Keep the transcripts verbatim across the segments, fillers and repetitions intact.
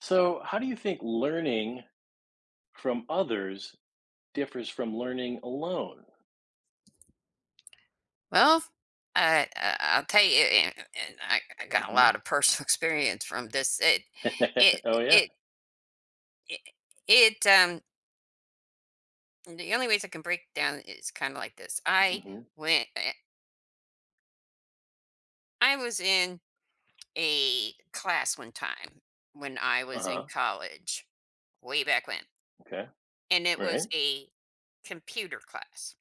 So, how do you think learning from others differs from learning alone? Well, I, I I'll tell you, and, and I, I got a Hmm. lot of personal experience from this. It, it, Oh, yeah. it, it, it, um, the only ways I can break it down is kind of like this. I Hmm. went, eh, I was in a class one time when I Uh was in huh. college, way back when, Okay. and it Right. was a computer class.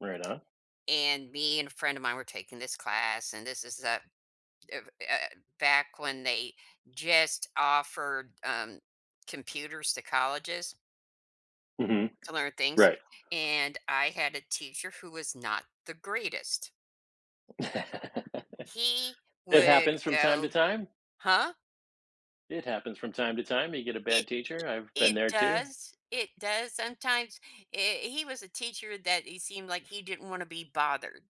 Right on. And me and a friend of mine were taking this class, and this is that. uh, uh, Back when they just offered um, computers to colleges Hmm. to learn things. Right. And I had a teacher who was not the greatest. It He would happens from time to go, time. huh? It happens from time to time. You get a bad It teacher. I've been it there too. does. It does. Sometimes eh, he was a teacher that he seemed like he didn't want to be bothered.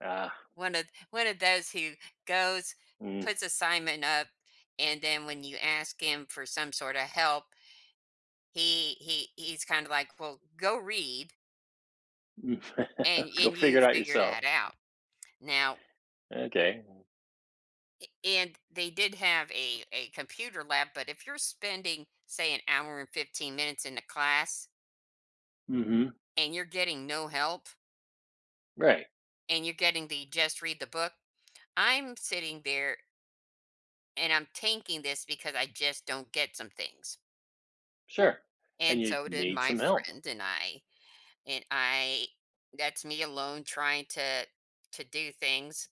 Ah. One of one of those who goes, Mm. puts assignment up, and then when you ask him for some sort of help, He he he's kind of like, "Well, go read and Go and figure you it out figure yourself. that out." Now, Okay. and they did have a a computer lab, but if you're spending, say, an hour and fifteen minutes in the class Hmm. and you're getting no help Right. and you're getting the just read the book, I'm sitting there and I'm tanking this because I just don't get some things. Sure. And And you so did need my some help. friend and I. And I that's me alone trying to to do things.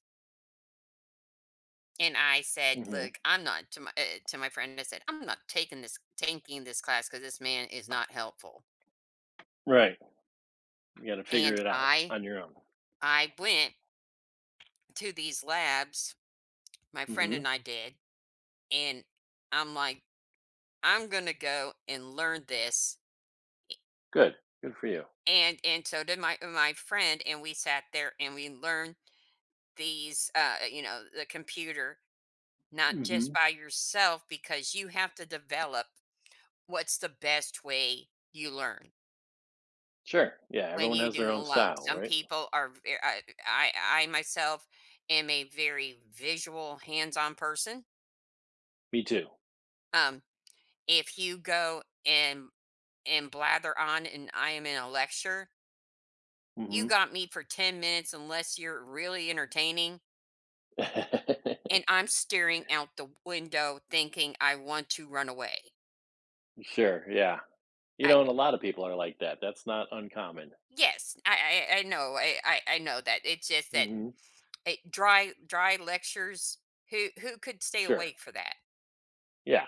And I said, Hmm. "Look, I'm not," to my uh, to my friend, I said, "I'm not taking this taking this class because this man is not helpful." Right. You got to figure And it out I on your own. I went to these labs, my friend Hmm. and I did, and I'm like, "I'm gonna go and learn this." Good. Good for you. And and so did my my friend, and we sat there and we learned these, uh, you know, the computer, not just Mhm. by yourself because you have to develop what's the best way you learn. Sure. Yeah, When everyone you has their do own alone, style, some right? people are ve I I I myself am a very visual, hands-on person. Me too. Um, if you go and and blather on and I am in a lecture, you Mhm. got me for ten minutes unless you're really entertaining, and I'm staring out the window thinking I want to run away. Sure, yeah. You I know, and a lot of people are like that. That's not uncommon. yes, I I I know, I I I know that. It's just that, Mhm. eh, dry dry lectures, who who could stay Sure. awake for that? Yeah.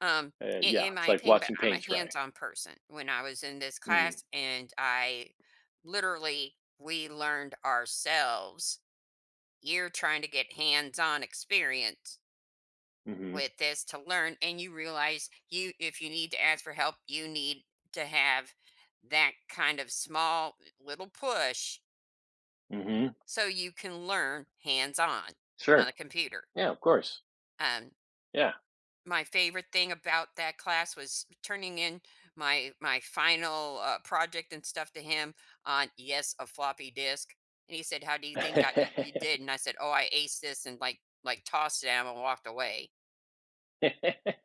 um Uh, in, Yeah, in it's my like opinion, but watching I'm paint a dry. hands-on person. When I was in this Mhm. class and I literally we learned ourselves, you're trying to get hands-on experience Mhm. with this to learn and you realize you if you need to ask for help you need to have that kind of small little push Mhm. so you can learn hands-on on a Sure. computer. Yeah, of course. um Yeah. My favorite thing about that class was turning in my my final, uh, project and stuff to him on, yes, a floppy disk, and he said, "How do you think I uh, you did?" And I said, "Oh, I aced this," and, like like, tossed it at him and walked away.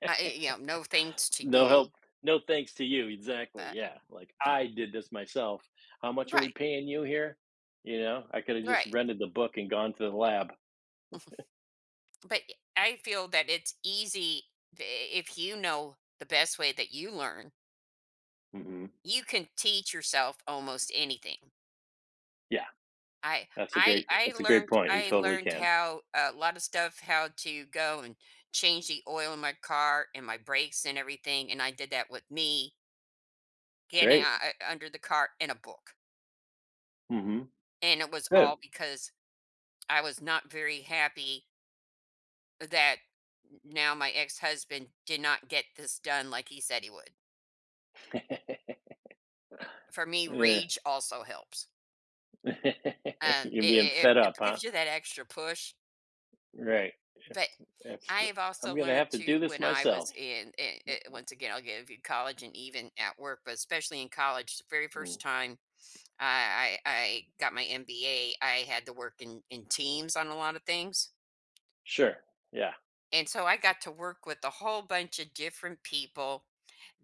I I you know, "No thanks to No help, you." no thanks to you. Exactly. Uh Yeah. Like, I did this myself. How much are we Right, paying you here? You know, I could have just right, rented the book and gone to the lab. but I feel that it's easy. I if you know the best way that you learn, Mhm. you can teach yourself almost anything. Yeah. I That's a I great I that's a great learned point, you I totally learned can. how a lot of stuff, how to go and change the oil in my car and my brakes and everything, and I did that with me getting Great. uh, uh, under the car in a book. Mhm. And it was Good. all because I was not very happy that now my ex-husband did not get this done like he said he would. For me, Yeah. rage also helps. Um, You're being It, it, fed it up, huh? gives you that extra push. Right. If But it's I have I'm also gonna learned have to do to this when I myself. was in eh, eh, once again, I'll give you college and even at work, but especially in college, the very Mm. first time I I, I got my M B A, I had to work in, in teams on a lot of things. Sure. Yeah. And so I got to work with a whole bunch of different people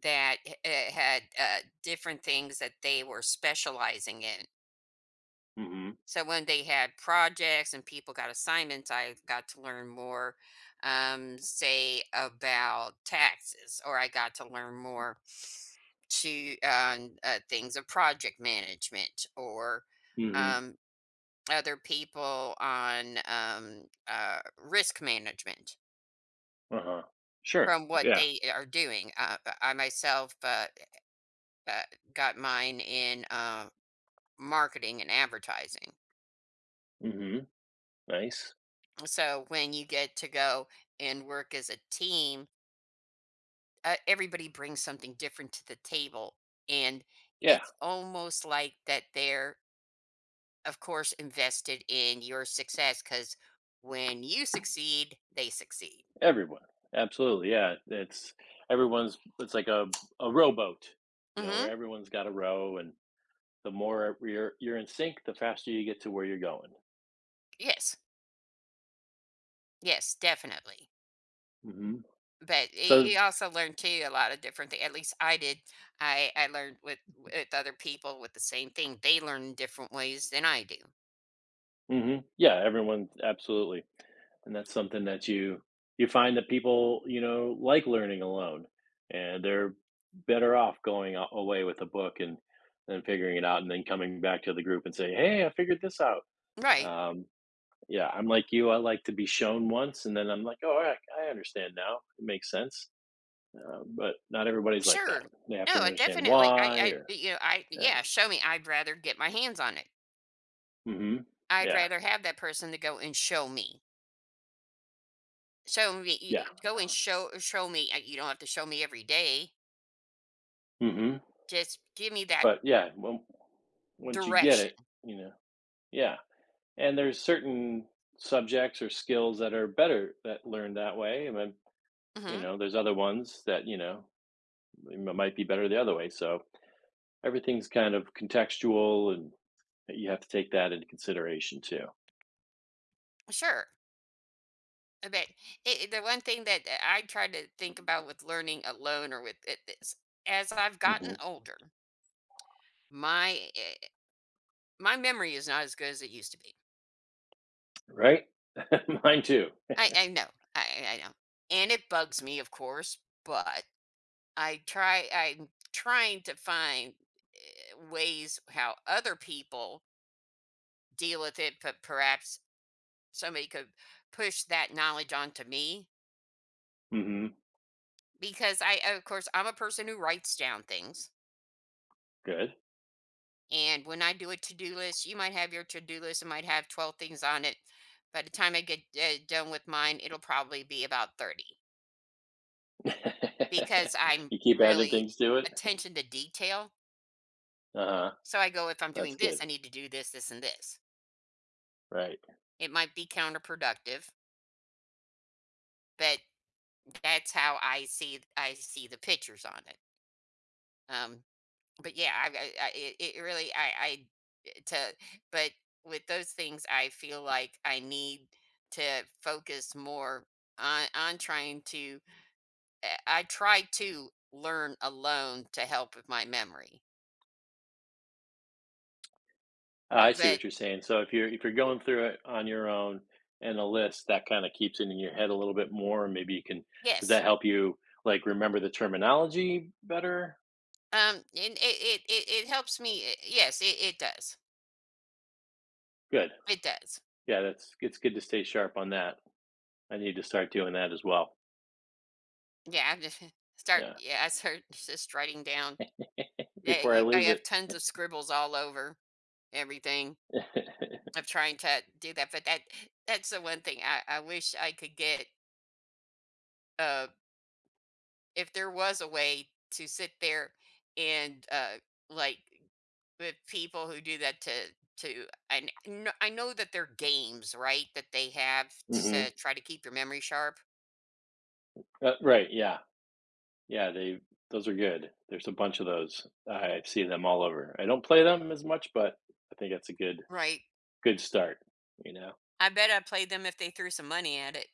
that h- eh, had uh, different things that they were specializing in. Mhm. So when they had projects and people got assignments, I got to learn more, um, say about taxes, or I got to learn more to um, uh, things of project management, or Mhm. um, other people on um, uh, risk management Uh-huh. Sure. from what Yeah. they are doing. Uh, uh, I myself uh, uh, got mine in uh, marketing and advertising. Mhm. Nice. So when you get to go and work as a team, uh, everybody brings something different to the table. And Yeah, it's almost like that they're, of course, invested in your success because when you succeed, they succeed. everyone. Absolutely, yeah. It's everyone's it's like a a rowboat, you know, where Hmm. everyone's got a row, and the more you're you're in sync, the faster you get to where you're going. Yes. Yes, definitely. Mhm. But y- So. you also learn too a lot of different things. At least I did. I, I learned with with other people with the same thing. They learn in different ways than I do. Mhm. Yeah, everyone, absolutely. And that's something that you you find that people, you know, like learning alone, and they're better off going a away with a book and and figuring it out and then coming back to the group and say, "Hey, I figured this out." Right. Um, yeah, I'm like you, I like to be shown once, and then I'm like, "Oh, I I understand now. It makes sense." Uh, but not everybody's like that. Sure. They have to No, I understand definitely I why I or but, you know, I yeah. yeah, show me. I'd rather get my hands on it. Mhm. I'd Yeah. rather have that person to go and show me. Show me y- Yeah. y- go and show show me. uh, You don't have to show me every day. Mhm. Just give me that But yeah, on once you get direction. it, you know, yeah, and there's certain subjects or skills that are better that learned that way, and then, you Hmm. know, there's other ones that, you know, m might be better the other way, so everything's kind of contextual, and you have to take that into consideration too. Sure. I bet i- the one thing that uh, I try to think about with learning alone or with it is as I've Mhm. gotten older, my uh, my memory is not as good as it used to be. Right? Mine too. I, I know, I, I I know, and it bugs me, of course, but I try I'm trying to find eh, ways how other people deal with it, but perhaps somebody could push that knowledge onto me Mhm. because I of course I'm a person who writes down things. Good. And when I do a to-do list, you might have your to-do list, it might have twelve things on it. By the time I get uh, done with mine, it'll probably be about thirty because I'm You keep adding really things to it? attention to detail. Uh-huh. So I go, if I'm That's doing this, good. I need to do this, this, and this. Right. It might be counterproductive. But that's how I see I see the pictures on it. Um, but yeah, I, I, I it it really I I eh, to but with those things, I feel like I need to focus more on on trying to uh, I try to learn alone to help with my memory. Oh, eh, I see But what you're saying. So if you're if you're going through it on your own and a list, that kind of keeps it in your head a little bit more. And Maybe you can, Does yes, that help you like remember the terminology better? um, and it it it, it helps me. uh, Yes, it, it does. Good. It does. Yeah, that's it's good to stay sharp on that. I need to start doing that as well. Yeah, I just start. Yeah, Yeah, I start just writing down. Yeah, before I you, I lose it. have tons of scribbles all over everything. Of trying to do that, but that that's the one thing I, I wish I could get. Uh, if there was a way to sit there and uh, like with people who do that to to I know, I know that they're games, right? That they have Hmm. to try to keep your memory sharp, Uh, right. Yeah. Yeah. They Those are good. There's a bunch of those. I see them all over. I don't play them as much, but I think that's a good right? good start. You know. I bet I played them if they threw some money at it.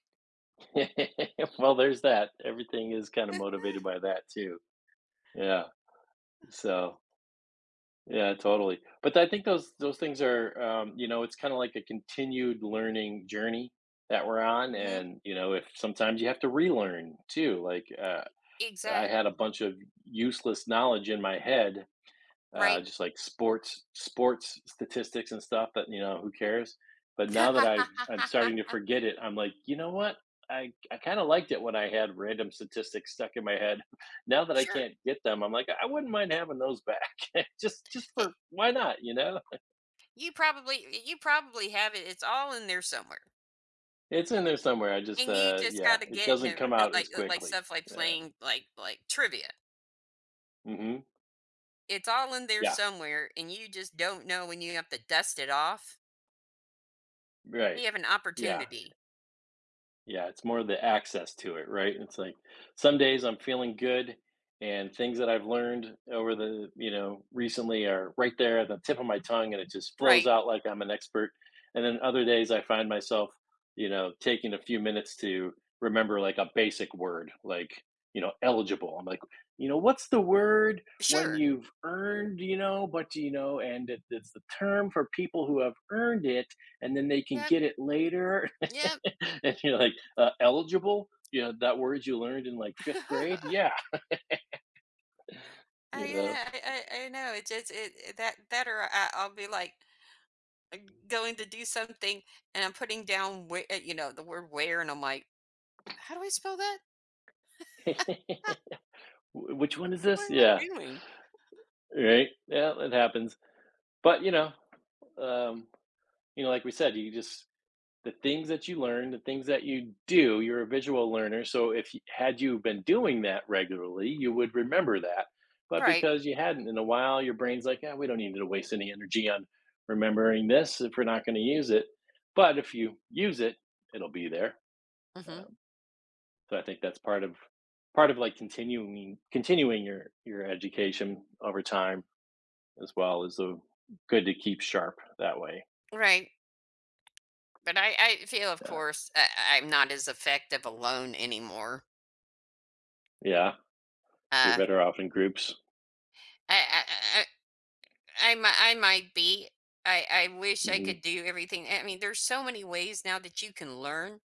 Well, there's that. Everything is kinda motivated by that too. Yeah. So, yeah, totally. But I think those those things are, um, you know, it's kinda like a continued learning journey that we're on, Hmm. and, you know, if sometimes you have to relearn too, like, uh, I had a Exactly. bunch of useless knowledge in my head, uh, Right. just like sports sports statistics and stuff that, you know, who cares. But now that i've i'm starting to forget it, I'm like, you know what, i i kind of liked it when I had random statistics stuck in my head. Now that I Sure. can't get them, I'm like, I wouldn't mind having those back. just just for why not, you know? You probably you probably have it, it's all in there somewhere, It's in there somewhere. I just, and you uh just yeah, gotta it get in doesn't a r come out as like uh, like quickly. stuff like Yeah. playing, like like trivia. Hmm. It's all in there Yeah. somewhere, and you just don't know when you have to dust it off. Right. You have an Yeah. opportunity. Yeah, it's more the access to it, right? It's like some days I'm feeling good and things that I've learned over the, you know, recently are right there at the tip of my tongue and it just flows Right. out like I'm an expert. And then other days I find myself, you know, taking a few minutes to remember like a basic word, like, you know, eligible. I'm like, you know, what's the word when Sure. you've earned, you know, but you know, and it, it's the term for people who have earned it and then they can Yep, get it later. yep. And you're like, uh, eligible? You know, that word you learned in like fifth grade? Yeah. I You know, yeah, I I I know, it just it it that that or I I'll be, like, uh, going to do something, and I'm putting down whe uh, you know, the word "where," and I'm like, "How do I spell that? which one is What this? am I Yeah. doing?" Right. Yeah, it happens. But, you know, um, you know, like we said, you just, the things that you learn, the things that you do, you're a visual learner. So if you, had you been doing that regularly, you would remember that. But Right. because you hadn't in a while, your brain's like, yeah, we don't need to waste any energy on remembering this if we're not going to use it. But if you use it, it'll be there. Mhm. Um, so I think that's part of part of like continuing continuing your your education over time as well is a good to keep sharp that way. Right. But I I feel, of Yeah, course, I I I'm not as effective alone anymore. yeah, you're Uh, better off in groups. I I I I mi I might be. I I wish I Hmm. could do everything. I mean, there's so many ways now that you can learn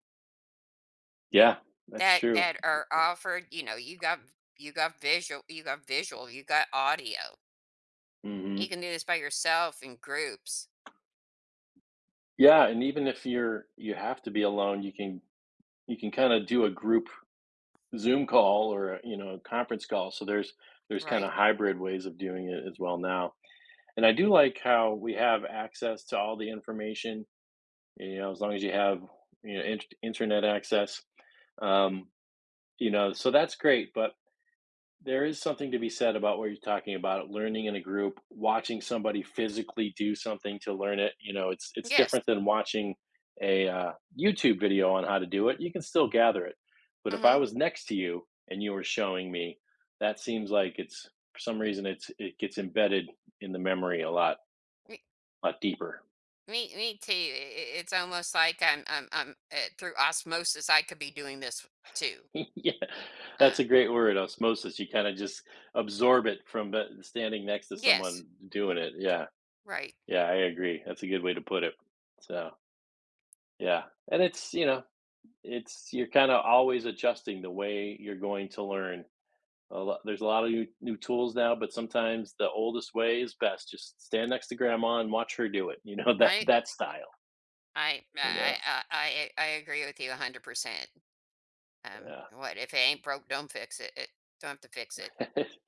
Yeah, that's that true. that are offered, you know, you got you got visual, you got visual, you got audio. You Hmm. can do this by yourself in groups. Yeah, and even if you're you have to be alone, you can you can kind of do a group Zoom call or a, you know, a conference call. So there's there's kind of Right? hybrid ways of doing it as well now. And I do like how we have access to all the information, you know, as long as you have, you know, int internet access, um, you know, so that's great, but there is something to be said about what you're talking about, learning in a group, watching somebody physically do something to learn it, you know, it's it's Yes. different than watching a, uh, YouTube video on how to do it, you can still gather it, but if I Mm-hmm. was next to you and you were showing me, that seems like it's for some reason, it's it gets embedded in the memory a lot Me, lot deeper. me, me too. I- i- It's almost like I'm, I'm, I'm uh, through osmosis. I could be doing this too. Yeah, that's Uh, a great word, osmosis. You kinda just absorb it from the standing next to yes. someone doing it. Yeah, Right. yeah, I agree. That's a good way to put it. So, yeah, and it's, you know, it's you're kinda always adjusting the way you're going to learn. A lot There's a lot of new new tools now, but sometimes the oldest way is best. Just stand next to grandma and watch her do it, you know, that Right. that style, I, I, you I, know? I, I I agree with you a hundred percent. Um, Yeah. What if it ain't broke? Don't fix it. It don't have to fix it.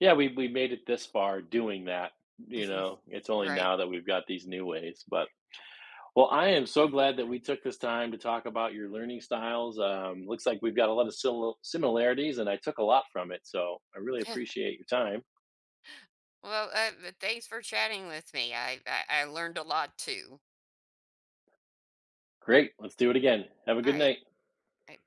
Yeah, we we made it this far doing that, you know? It's only Right. now that we've got these new ways, but well, I am so glad that we took this time to talk about your learning styles, um, looks like we've got a lot of simil similarities, and I took a lot from it, so I really appreciate your time. Well, uh, but thanks for chatting with me. I, I, I learned a lot too. Great, let's do it again. Have a All good right. night. uh, Bye.